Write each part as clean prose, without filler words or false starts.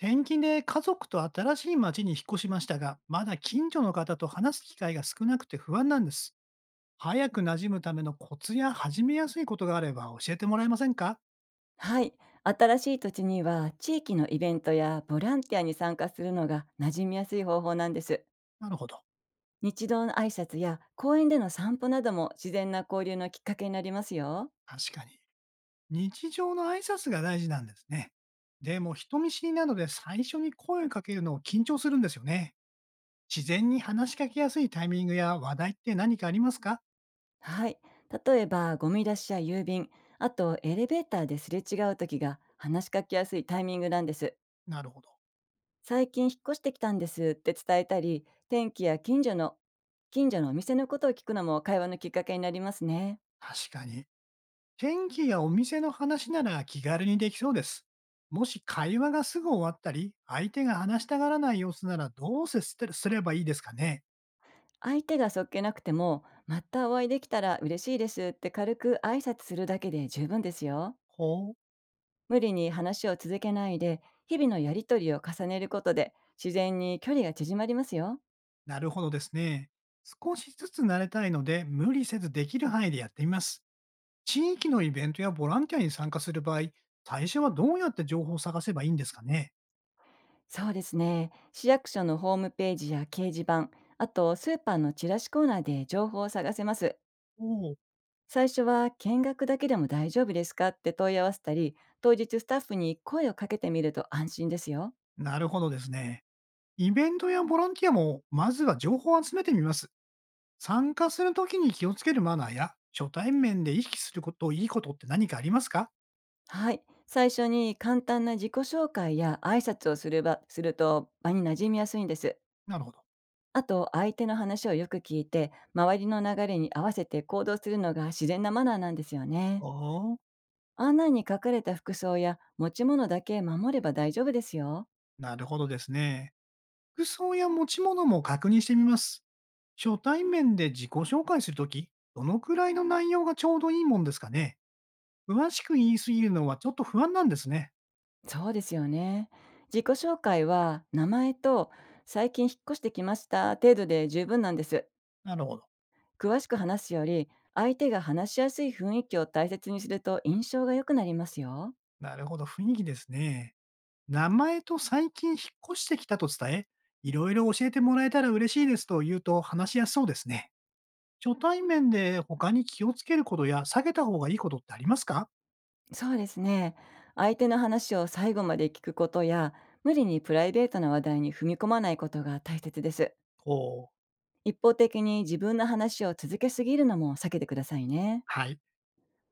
転勤で家族と新しい町に引っ越しましたが、まだ近所の方と話す機会が少なくて不安なんです。早く馴染むためのコツや始めやすいことがあれば教えてもらえませんか？はい。新しい土地には地域のイベントやボランティアに参加するのが馴染みやすい方法なんです。なるほど。日常の挨拶や公園での散歩なども自然な交流のきっかけになりますよ。確かに。日常の挨拶が大事なんですね。でも人見知りなので最初に声をかけるのを緊張するんですよね。自然に話しかけやすいタイミングや話題って何かありますか？はい。例えばゴミ出しや郵便、あとエレベーターですれ違う時が話しかけやすいタイミングなんです。なるほど。最近引っ越してきたんですって伝えたり、天気や近所のお店のことを聞くのも会話のきっかけになりますね。確かに。天気やお店の話なら気軽にできそうです。もし会話がすぐ終わったり、相手が話したがらない様子ならどう接してすればいいですかね？相手がそっけなくても、またお会いできたら嬉しいですって軽く挨拶するだけで十分ですよ。ほう。無理に話を続けないで、日々のやりとりを重ねることで、自然に距離が縮まりますよ。なるほどですね。少しずつ慣れたいので、無理せずできる範囲でやってみます。地域のイベントやボランティアに参加する場合、最初はどうやって情報を探せばいいんですかね？そうですね。市役所のホームページや掲示板、あとスーパーのチラシコーナーで情報を探せます。おおう。最初は見学だけでも大丈夫ですかって問い合わせたり、当日スタッフに声をかけてみると安心ですよ。なるほどですね。イベントやボランティアも、まずは情報を集めてみます。参加するときに気をつけるマナーや、初対面で意識すること、いいことって何かありますか？はい。最初に簡単な自己紹介や挨拶をすれば、すると場に馴染みやすいんです。なるほど。あと、相手の話をよく聞いて、周りの流れに合わせて行動するのが自然なマナーなんですよね。おお、案内に書かれた服装や持ち物だけ守れば大丈夫ですよ。なるほどですね。服装や持ち物も確認してみます。初対面で自己紹介するとき、どのくらいの内容がちょうどいいもんですかね？詳しく言いすぎるのはちょっと不安なんですね。そうですよね。自己紹介は、名前と、最近引っ越してきました程度で十分なんです。なるほど。詳しく話すより、相手が話しやすい雰囲気を大切にすると印象が良くなりますよ。なるほど。雰囲気ですね。名前と最近引っ越してきたと伝え、いろいろ教えてもらえたら嬉しいですと言うと話しやすそうですね。初対面で他に気をつけることや避けた方がいいことってありますか？そうですね。相手の話を最後まで聞くことや、無理にプライベートな話題に踏み込まないことが大切です。ほう、一方的に自分の話を続けすぎるのも避けてくださいね。はい、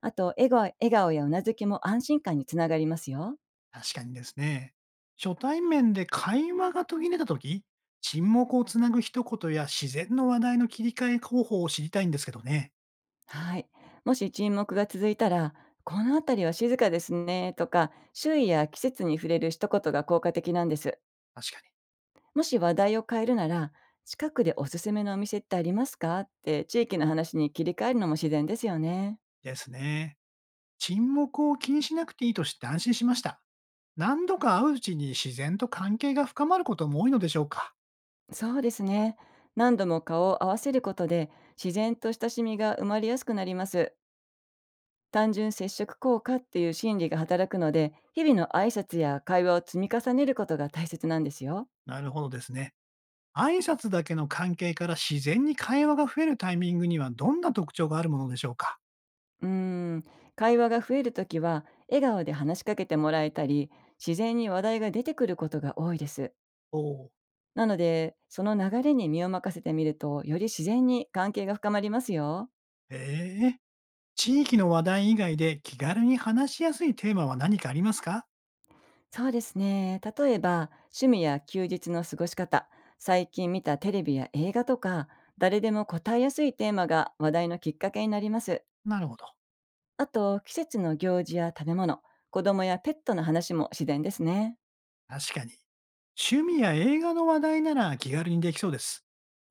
あと、笑顔やうなずきも安心感につながりますよ。確かにですね。初対面で会話が途切れた時、沈黙をつなぐ一言や自然の話題の切り替え方法を知りたいんですけどね。はい。もし沈黙が続いたら、この辺りは静かですねとか、周囲や季節に触れる一言が効果的なんです。確かに。もし話題を変えるなら、近くでおすすめのお店ってありますかって地域の話に切り替えるのも自然ですよね。ですね。沈黙を気にしなくていいと知って安心しました。何度か会ううちに自然と関係が深まることも多いのでしょうか？そうですね。何度も顔を合わせることで自然と親しみが生まれやすくなります。単純接触効果っていう心理が働くので、日々の挨拶や会話を積み重ねることが大切なんですよ。なるほどですね。挨拶だけの関係から自然に会話が増えるタイミングにはどんな特徴があるものでしょうか？うーん、会話が増えるときは笑顔で話しかけてもらえたり、自然に話題が出てくることが多いです。おー。なので、その流れに身を任せてみると、より自然に関係が深まりますよ。ええ。地域の話題以外で気軽に話しやすいテーマは何かありますか？そうですね。例えば、趣味や休日の過ごし方、最近見たテレビや映画とか、誰でも答えやすいテーマが話題のきっかけになります。なるほど。あと、季節の行事や食べ物、子供やペットの話も自然ですね。確かに。趣味や映画の話題なら気軽にできそうです。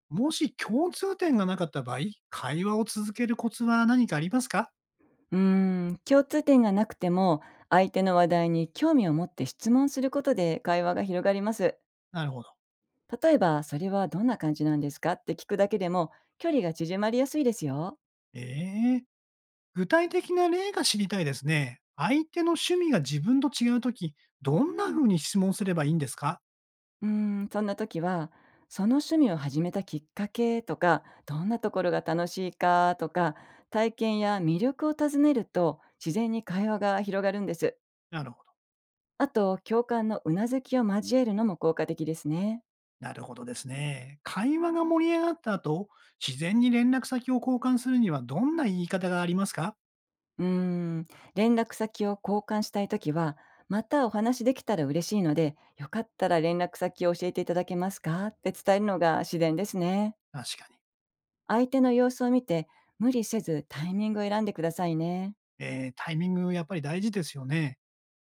もし共通点がなかった場合、会話を続けるコツは何かありますか？うー共通点がなくても、相手の話題に興味を持って質問することで会話が広がります。なるほど。例えば、それはどんな感じなんですかって聞くだけでも、距離が縮まりやすいですよ。ええ。具体的な例が知りたいですね。相手の趣味が自分と違うとき、どんな風に質問すればいいんですか？そんな時は、その趣味を始めたきっかけとか、どんなところが楽しいかとか、体験や魅力を尋ねると、自然に会話が広がるんです。なるほど。あと、共感のうなずきを交えるのも効果的ですね。なるほどですね。会話が盛り上がった後、自然に連絡先を交換するにはどんな言い方がありますか？うーん、連絡先を交換したい時は、またお話できたら嬉しいので、よかったら連絡先を教えていただけますかって伝えるのが自然ですね。確かに。相手の様子を見て、無理せずタイミングを選んでくださいね。えー、タイミングやっぱり大事ですよね。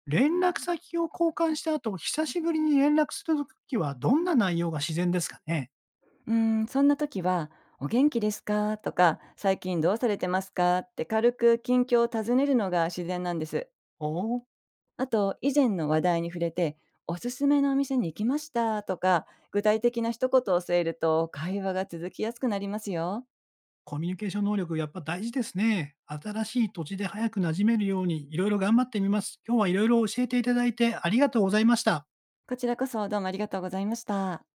連絡先を交換した後、久しぶりに連絡するときはどんな内容が自然ですかね？うーそんな時は、お元気ですかとか、最近どうされてますかって軽く近況を尋ねるのが自然なんです。おお、あと、以前の話題に触れて、おすすめのお店に行きましたとか、具体的な一言を添えると会話が続きやすくなりますよ。コミュニケーション能力やっぱ大事ですね。新しい土地で早く馴染めるようにいろいろ頑張ってみます。今日はいろいろ教えていただいてありがとうございました。こちらこそどうもありがとうございました。